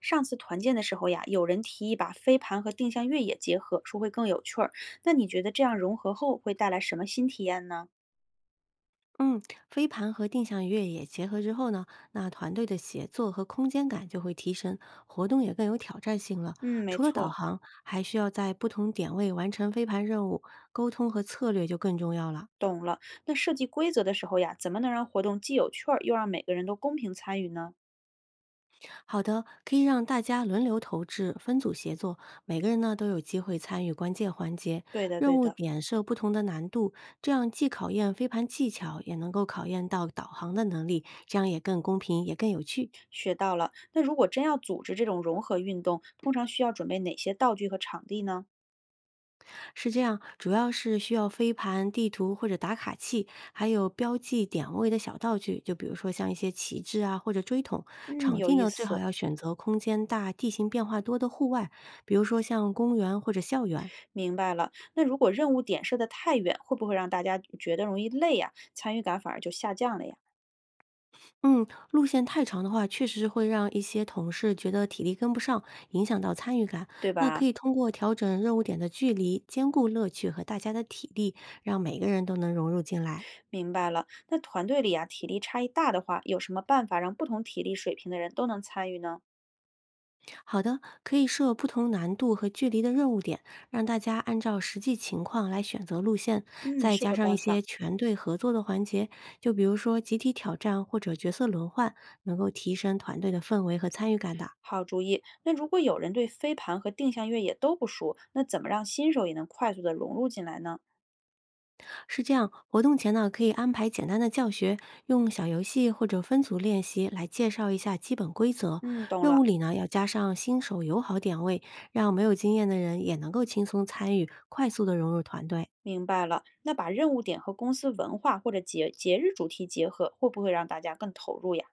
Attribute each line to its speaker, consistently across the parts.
Speaker 1: 上次团建的时候呀，有人提议把飞盘和定向越野结合，说会更有趣儿。那你觉得这样融合后会带来什么新体验呢？
Speaker 2: 嗯，飞盘和定向越野结合之后呢，那团队的协作和空间感就会提升，活动也更有挑战性了。
Speaker 1: 嗯，没
Speaker 2: 除了导
Speaker 1: 错，
Speaker 2: 航，还需要在不同点位完成飞盘任务，沟通和策略就更重要了。
Speaker 1: 懂了。那设计规则的时候呀，怎么能让活动既有趣儿，又让每个人都公平参与呢？
Speaker 2: 好的，可以让大家轮流投掷，分组协作，每个人呢都有机会参与关键环节，
Speaker 1: 对的，
Speaker 2: 任
Speaker 1: 对
Speaker 2: 务
Speaker 1: 的，
Speaker 2: 点设不同的难度，这样既考验飞盘技巧，也能够考验到导航的能力，这样也更公平，也更有趣。
Speaker 1: 学到了。那如果真要组织这种融合运动，通常需要准备哪些道具和场地呢？
Speaker 2: 是这样，主要是需要飞盘、地图或者打卡器，还有标记点位的小道具，就比如说像一些旗帜啊或者锥桶。
Speaker 1: 嗯，
Speaker 2: 场
Speaker 1: 有
Speaker 2: 地
Speaker 1: 意
Speaker 2: 呢，最好
Speaker 1: 思，
Speaker 2: 要选择空间大、地形变化多的户外，比如说像公园或者校园。
Speaker 1: 明白了。那如果任务点设得太远，会不会让大家觉得容易累呀？参与感反而就下降了呀，
Speaker 2: 嗯，路线太长的话，确实会让一些同事觉得体力跟不上，影响到参与感。
Speaker 1: 对
Speaker 2: 那可
Speaker 1: 吧？
Speaker 2: 以通过调整任务点的距离，兼顾乐趣和大家的体力，让每个人都能融入进来。
Speaker 1: 明白了。那团队里啊，体力差异大的话，有什么办法让不同体力水平的人都能参与呢？
Speaker 2: 好的，可以设不同难度和距离的任务点，让大家按照实际情况来选择路线，
Speaker 1: 嗯，
Speaker 2: 再
Speaker 1: 是
Speaker 2: 加
Speaker 1: 个
Speaker 2: 上一
Speaker 1: 办
Speaker 2: 些
Speaker 1: 法，
Speaker 2: 全队合作的环节，就比如说集体挑战或者角色轮换，能够提升团队的氛围和参与感的。
Speaker 1: 好主意。那如果有人对飞盘和定向越野都不熟，那怎么让新手也能快速的融入进来呢？
Speaker 2: 是这样，活动前呢可以安排简单的教学，用小游戏或者分组练习来介绍一下基本规则。
Speaker 1: 嗯，懂
Speaker 2: 任务
Speaker 1: 了，
Speaker 2: 里呢要加上新手友好点位，让没有经验的人也能够轻松参与，快速的融入团队。
Speaker 1: 明白了。那把任务点和公司文化或者节节日主题结合，会不会让大家更投入呀？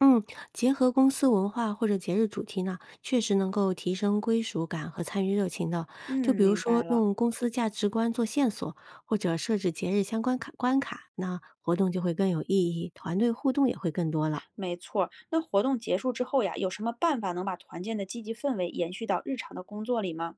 Speaker 2: 嗯，结合公司文化或者节日主题呢，确实能够提升归属感和参与热情的。就
Speaker 1: 嗯，
Speaker 2: 比如
Speaker 1: 明白
Speaker 2: 说，
Speaker 1: 了，
Speaker 2: 用公司价值观做线索，或者设置节日相关卡关卡，那活动就会更有意义，团队互动也会更多了。
Speaker 1: 没错儿。那活动结束之后呀，有什么办法能把团建的积极氛围延续到日常的工作里吗？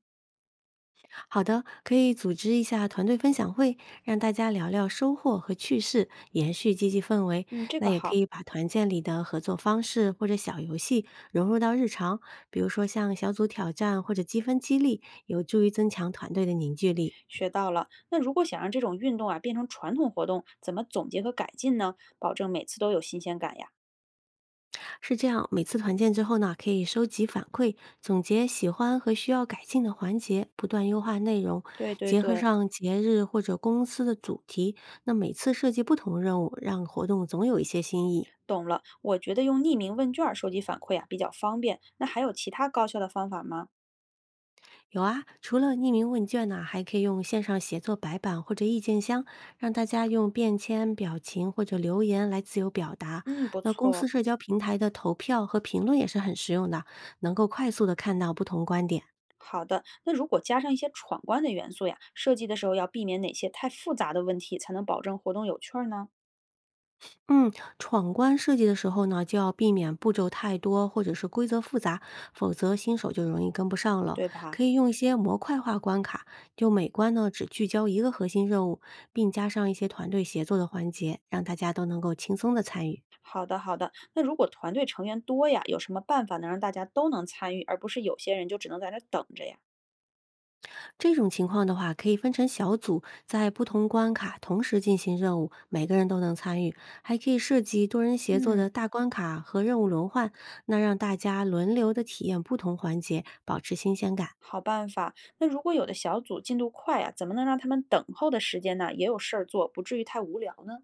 Speaker 2: 好的，可以组织一下团队分享会，让大家聊聊收获和趣事，延续积极氛围。
Speaker 1: 嗯，这
Speaker 2: 那
Speaker 1: 个
Speaker 2: 也可
Speaker 1: 好。
Speaker 2: 以把团建里的合作方式或者小游戏融入到日常，比如说像小组挑战或者积分激励，有助于增强团队的凝聚力。
Speaker 1: 学到了。那如果想让这种运动啊变成传统活动，怎么总结和改进呢？保证每次都有新鲜感呀。
Speaker 2: 是这样，每次团建之后呢，可以收集反馈，总结喜欢和需要改进的环节，不断优化内容，
Speaker 1: 对对
Speaker 2: 结合
Speaker 1: 对，
Speaker 2: 上节日或者公司的主题，那每次设计不同任务，让活动总有一些新意。
Speaker 1: 懂了。我觉得用匿名问卷儿收集反馈啊比较方便。那还有其他高效的方法吗？
Speaker 2: 有啊，除了匿名问卷呢、还可以用线上写作白板或者意见箱，让大家用便签、表情或者留言来自由表达。
Speaker 1: 嗯，不
Speaker 2: 那公司
Speaker 1: 错。
Speaker 2: 社交平台的投票和评论也是很实用的，能够快速的看到不同观点。
Speaker 1: 好的，那如果加上一些闯关的元素呀，设计的时候要避免哪些太复杂的问题，才能保证活动有趣儿呢？
Speaker 2: 嗯，闯关设计的时候呢，就要避免步骤太多或者是规则复杂，否则新手就容易跟不上了。
Speaker 1: 对吧？
Speaker 2: 可以用一些模块化关卡，就每关呢只聚焦一个核心任务，并加上一些团队协作的环节，让大家都能够轻松的参与。
Speaker 1: 好的，好的。那如果团队成员多呀，有什么办法能让大家都能参与，而不是有些人就只能在那儿等着呀？
Speaker 2: 这种情况的话，可以分成小组，在不同关卡同时进行任务，每个人都能参与。还可以设计多人协作
Speaker 1: 嗯，
Speaker 2: 的大关卡和任务轮换，那让大家轮流的体验不同环节，保持新鲜感。
Speaker 1: 好办法。那如果有的小组进度快呀、怎么能让他们等候的时间呢也有事儿做，不至于太无聊呢？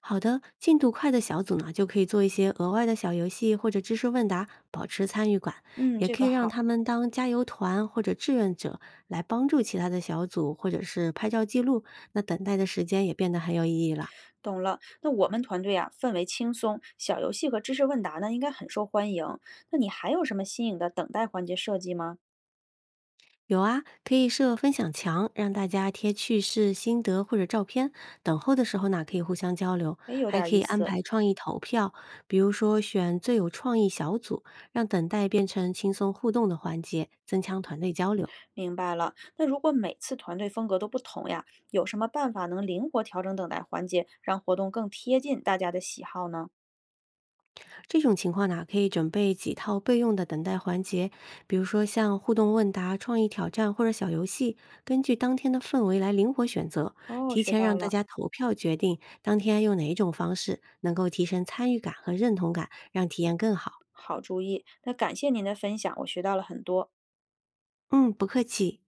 Speaker 2: 好的，进度快的小组呢，就可以做一些额外的小游戏或者知识问答，保持参与感，
Speaker 1: 嗯，
Speaker 2: 也
Speaker 1: 这
Speaker 2: 可以
Speaker 1: 个
Speaker 2: 让
Speaker 1: 好，
Speaker 2: 他们当加油团或者志愿者来帮助其他的小组，或者是拍照记录。那等待的时间也变得很有意义了。
Speaker 1: 懂了。那我们团队啊，氛围轻松，小游戏和知识问答呢应该很受欢迎。那你还有什么新颖的等待环节设计吗？
Speaker 2: 有啊，可以设分享墙，让大家贴趣事、心得或者照片。等候的时候呢，可以互相交流，
Speaker 1: 诶，有
Speaker 2: 还
Speaker 1: 点儿
Speaker 2: 可
Speaker 1: 意
Speaker 2: 以安
Speaker 1: 思，
Speaker 2: 排创意投票，比如说选最有创意小组，让等待变成轻松互动的环节，增强团队交流。
Speaker 1: 明白了。那如果每次团队风格都不同呀，有什么办法能灵活调整等待环节，让活动更贴近大家的喜好呢？
Speaker 2: 这种情况呢，可以准备几套备用的等待环节，比如说像互动问答、创意挑战或者小游戏，根据当天的氛围来灵活选择，
Speaker 1: 哦，
Speaker 2: 提
Speaker 1: 学
Speaker 2: 前让
Speaker 1: 到
Speaker 2: 大
Speaker 1: 了，
Speaker 2: 家投票决定当天用哪一种方式，能够提升参与感和认同感，让体验更好。
Speaker 1: 好主意。那感谢您的分享，我学到了很多。
Speaker 2: 嗯，不客气。